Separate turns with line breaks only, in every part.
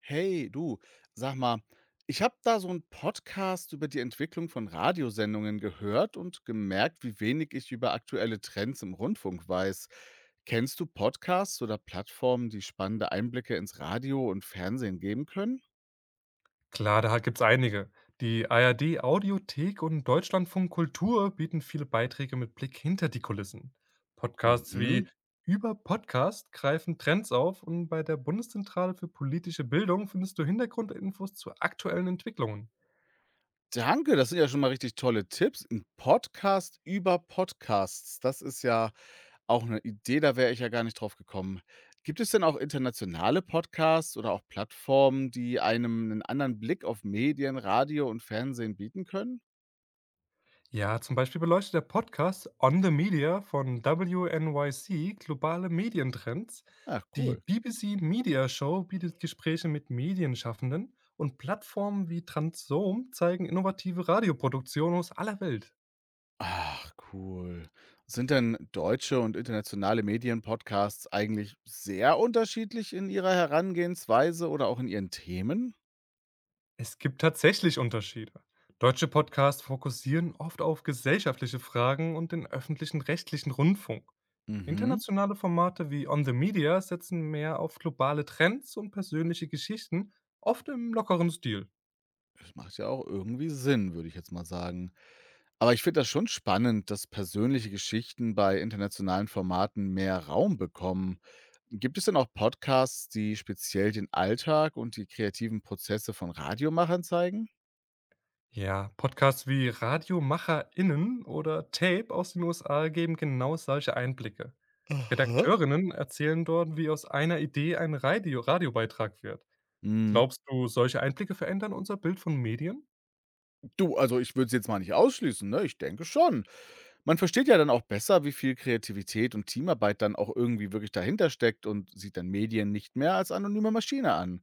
Hey, du, sag mal, ich habe da so einen Podcast über die Entwicklung von Radiosendungen gehört und gemerkt, wie wenig ich über aktuelle Trends im Rundfunk weiß. Kennst du Podcasts oder Plattformen, die spannende Einblicke ins Radio und Fernsehen geben können?
Klar, da gibt's einige. Die ARD Audiothek und Deutschlandfunk Kultur bieten viele Beiträge mit Blick hinter die Kulissen. Podcasts
Mhm.
wie Über Podcast greifen Trends auf und bei der Bundeszentrale für politische Bildung findest du Hintergrundinfos zu aktuellen Entwicklungen.
Danke, das sind ja schon mal richtig tolle Tipps. Ein Podcast über Podcasts, das ist ja auch 'ne Idee, da wäre ich ja gar nicht drauf gekommen. Gibt es denn auch internationale Podcasts oder auch Plattformen, die einem 'nen anderen Blick auf Medien, Radio und Fernsehen bieten können?
Ja, zum Beispiel beleuchtet der Podcast On the Media von WNYC globale Medientrends.
Ach,
Die
cool.
BBC Media Show bietet Gespräche mit Medienschaffenden und Plattformen wie Transom zeigen innovative Radioproduktionen aus aller Welt.
Ach, cool. Sind denn deutsche und internationale Medienpodcasts eigentlich sehr unterschiedlich in ihrer Herangehensweise oder auch in ihren Themen?
Es gibt tatsächlich Unterschiede. Deutsche Podcasts fokussieren oft auf gesellschaftliche Fragen und den öffentlichen rechtlichen Rundfunk.
Mhm.
Internationale Formate wie On the Media setzen mehr auf globale Trends und persönliche Geschichten, oft im lockeren Stil.
Das macht ja auch irgendwie Sinn, würde ich jetzt mal sagen. Aber ich finde das schon spannend, dass persönliche Geschichten bei internationalen Formaten mehr Raum bekommen. Gibt es denn auch Podcasts, die speziell den Alltag und die kreativen Prozesse von Radiomachern zeigen?
Ja, Podcasts wie RadiomacherInnen oder Tape aus den USA geben genau solche Einblicke.
Aha.
Redakteurinnen erzählen dort, wie aus einer Idee ein Radio radiobeitrag wird.
Mhm.
Glaubst du, solche Einblicke verändern unser Bild von Medien?
Du, also ich würde es jetzt mal nicht ausschließen, ne? Ich denke schon. Man versteht ja dann auch besser, wie viel Kreativität und Teamarbeit dann auch irgendwie wirklich dahinter steckt, und sieht dann Medien nicht mehr als anonyme Maschine an.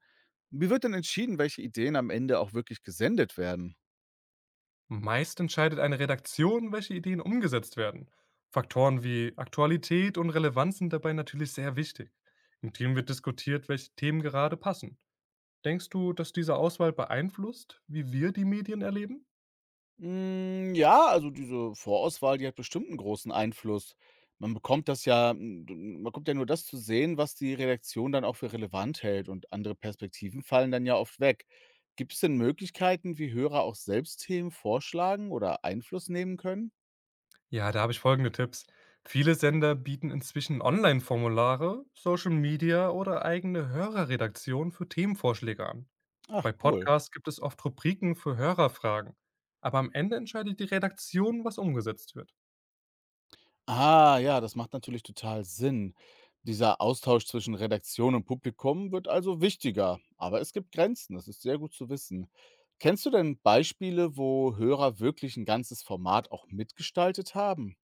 Wie wird denn entschieden, welche Ideen am Ende auch wirklich gesendet werden?
Meist entscheidet eine Redaktion, welche Ideen umgesetzt werden. Faktoren wie Aktualität und Relevanz sind dabei natürlich sehr wichtig. Im Team wird diskutiert, welche Themen gerade passen. Denkst du, dass diese Auswahl beeinflusst, wie wir die Medien erleben?
Ja, also diese Vorauswahl, die hat bestimmt einen großen Einfluss. Man bekommt das ja hm, d man bekommt ja nur das zu sehen, was die Redaktion dann auch für relevant hält, und andere Perspektiven fallen dann ja oft weg. Gibt es denn Möglichkeiten, wie Hörer auch selbst Themen vorschlagen oder Einfluss nehmen können?
Ja, da habe ich folgende Tipps. Viele Sender bieten inzwischen Online-Formulare, Social Media oder eigene Hörerredaktionen für Themenvorschläge an.
Ach,
Bei
cool.
Podcasts gibt es oft Rubriken für Hörerfragen. Aber am Ende entscheidet die Redaktion, was umgesetzt wird.
Ah, ja, das macht natürlich total Sinn. Dieser Austausch zwischen Redaktion und Publikum wird also wichtiger. Aber es gibt Grenzen, das ist sehr gut zu wissen. Kennst du denn Beispiele, wo Hörer wirklich ein ganzes Format auch mitgestaltet haben?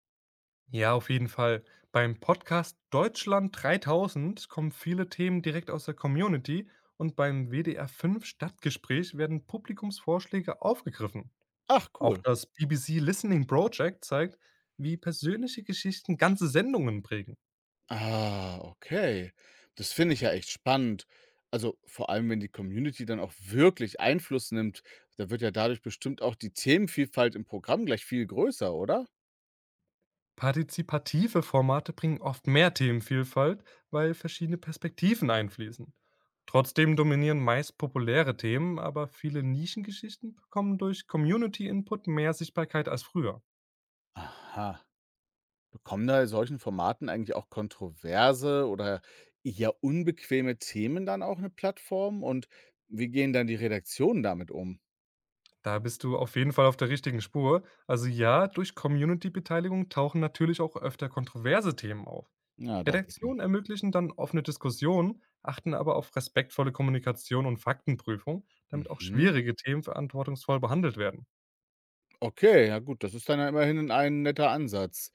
Ja, auf jeden Fall. Beim Podcast Deutschland 3000 kommen viele Themen direkt aus der Community und beim WDR 5 Stadtgespräch werden Publikumsvorschläge aufgegriffen.
Ach,
Auch
cool.
das BBC Listening Project zeigt, wie persönliche Geschichten ganze Sendungen prägen.
Ah, okay. Das finde ich ja echt spannend. Also vor allem, wenn die Community dann auch wirklich Einfluss nimmt, da wird ja dadurch bestimmt auch die Themenvielfalt im Programm gleich viel größer, oder?
Partizipative Formate bringen oft mehr Themenvielfalt, weil verschiedene Perspektiven einfließen. Trotzdem dominieren meist populäre Themen, aber viele Nischengeschichten bekommen durch Community-Input mehr Sichtbarkeit als früher.
Aha. Bekommen da in solchen Formaten eigentlich auch kontroverse oder eher unbequeme Themen dann auch eine Plattform, und wie gehen dann die Redaktionen damit um?
Da bist du auf jeden Fall auf der richtigen Spur. Also ja, durch Community-Beteiligung tauchen natürlich auch öfter kontroverse Themen auf.
Ja, dachte ich mir.
Redaktionen ermöglichen dann offene Diskussionen, achten aber auf respektvolle Kommunikation und Faktenprüfung, damit auch
Mhm.
schwierige Themen verantwortungsvoll behandelt werden.
Okay, ja gut, das ist dann ja immerhin ein netter Ansatz.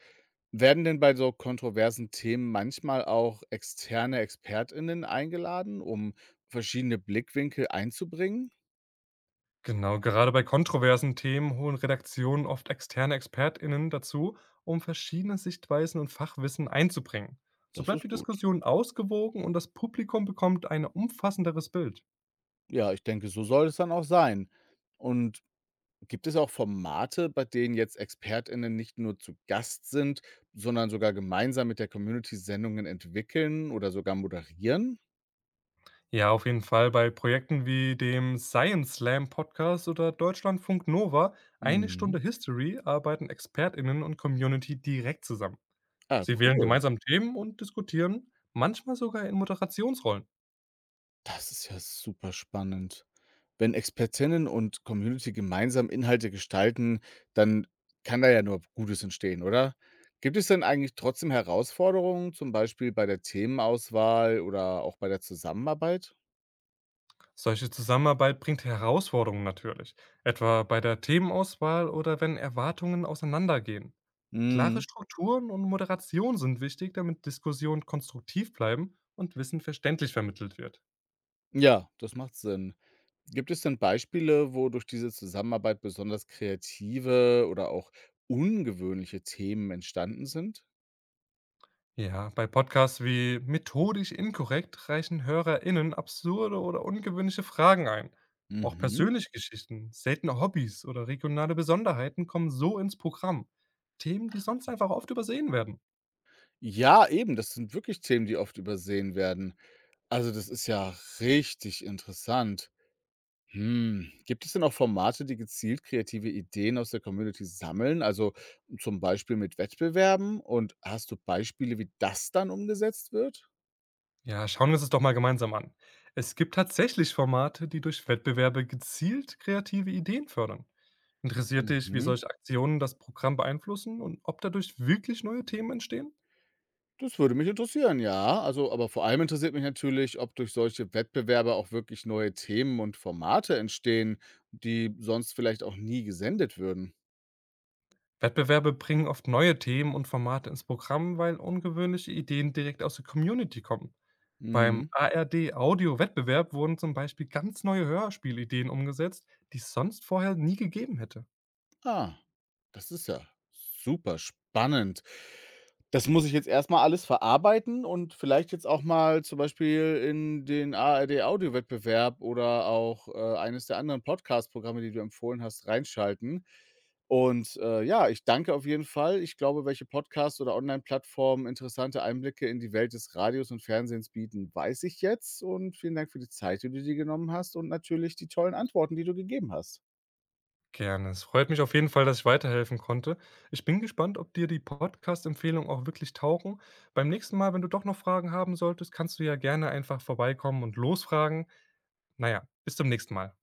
Werden denn bei so kontroversen Themen manchmal auch externe ExpertInnen eingeladen, um verschiedene Blickwinkel einzubringen?
Genau, gerade bei kontroversen Themen holen Redaktionen oft externe ExpertInnen dazu, um verschiedene Sichtweisen und Fachwissen einzubringen. So
Das
bleibt
ist
die
gut.
Diskussion ausgewogen und das Publikum bekommt ein umfassenderes Bild.
Ja, ich denke, so soll es dann auch sein. Und gibt es auch Formate, bei denen jetzt ExpertInnen nicht nur zu Gast sind, sondern sogar gemeinsam mit der Community Sendungen entwickeln oder sogar moderieren?
Ja, auf jeden Fall bei Projekten wie dem Science Slam Podcast oder Deutschlandfunk Nova, eine
Mhm.
Stunde History, arbeiten ExpertInnen und Community direkt zusammen.
Ah,
Sie wählen
cool.
gemeinsam Themen und diskutieren, manchmal sogar in Moderationsrollen.
Das ist ja super spannend. Wenn Expertinnen und Community gemeinsam Inhalte gestalten, dann kann da ja nur Gutes entstehen, oder? Gibt es denn eigentlich trotzdem Herausforderungen, zum Beispiel bei der Themenauswahl oder auch bei der Zusammenarbeit?
Solche Zusammenarbeit bringt Herausforderungen natürlich, etwa bei der Themenauswahl oder wenn Erwartungen auseinandergehen. Klare Strukturen und Moderation sind wichtig, damit Diskussionen konstruktiv bleiben und Wissen verständlich vermittelt wird.
Ja, das macht Sinn. Gibt es denn Beispiele, wo durch diese Zusammenarbeit besonders kreative oder auch ungewöhnliche Themen entstanden sind?
Ja, bei Podcasts wie Methodisch Inkorrekt reichen HörerInnen absurde oder ungewöhnliche Fragen ein. Auch
Mhm.
persönliche Geschichten, seltene Hobbys oder regionale Besonderheiten kommen so ins Programm. Themen, die sonst einfach oft übersehen werden.
Ja, eben, das sind wirklich Themen, die oft übersehen werden. Also, das ist ja richtig interessant. Hm, gibt es denn auch Formate, die gezielt kreative Ideen aus der Community sammeln, also zum Beispiel mit Wettbewerben? Und hast du Beispiele, wie das dann umgesetzt wird?
Ja, schauen wir uns es doch mal gemeinsam an. Es gibt tatsächlich Formate, die durch Wettbewerbe gezielt kreative Ideen fördern. Interessiert dich, wie
Mhm.
solche Aktionen das Programm beeinflussen und ob dadurch wirklich neue Themen entstehen?
Das würde mich interessieren, ja. Also, aber vor allem interessiert mich natürlich, ob durch solche Wettbewerbe auch wirklich neue Themen und Formate entstehen, die sonst vielleicht auch nie gesendet würden.
Wettbewerbe bringen oft neue Themen und Formate ins Programm, weil ungewöhnliche Ideen direkt aus der Community kommen. Beim
Mhm.
ARD Audio Wettbewerb wurden zum Beispiel ganz neue Hörspielideen umgesetzt, die es sonst vorher nie gegeben hätte.
Ah, das ist ja super spannend. Das muss ich jetzt erst mal alles verarbeiten und vielleicht jetzt auch mal zum Beispiel in den ard Audio Wettbewerb oder auch, eines der anderen Podcast-Programme, die du empfohlen hast, reinschalten. Und, ja, ich danke auf jeden Fall. Ich glaube, welche Podcasts oder Online-Plattformen interessante Einblicke in die Welt des Radios und Fernsehens bieten, weiß ich jetzt, und vielen Dank für die Zeit, die du dir genommen hast, und natürlich die tollen Antworten, die du gegeben hast.
Gerne. Es freut mich auf jeden Fall, dass ich weiterhelfen konnte. Ich bin gespannt, ob dir die Podcast-Empfehlungen auch wirklich taugen. Beim nächsten Mal, wenn du doch noch Fragen haben solltest, kannst du ja gerne einfach vorbeikommen und losfragen. Naja, bis zum nächsten Mal.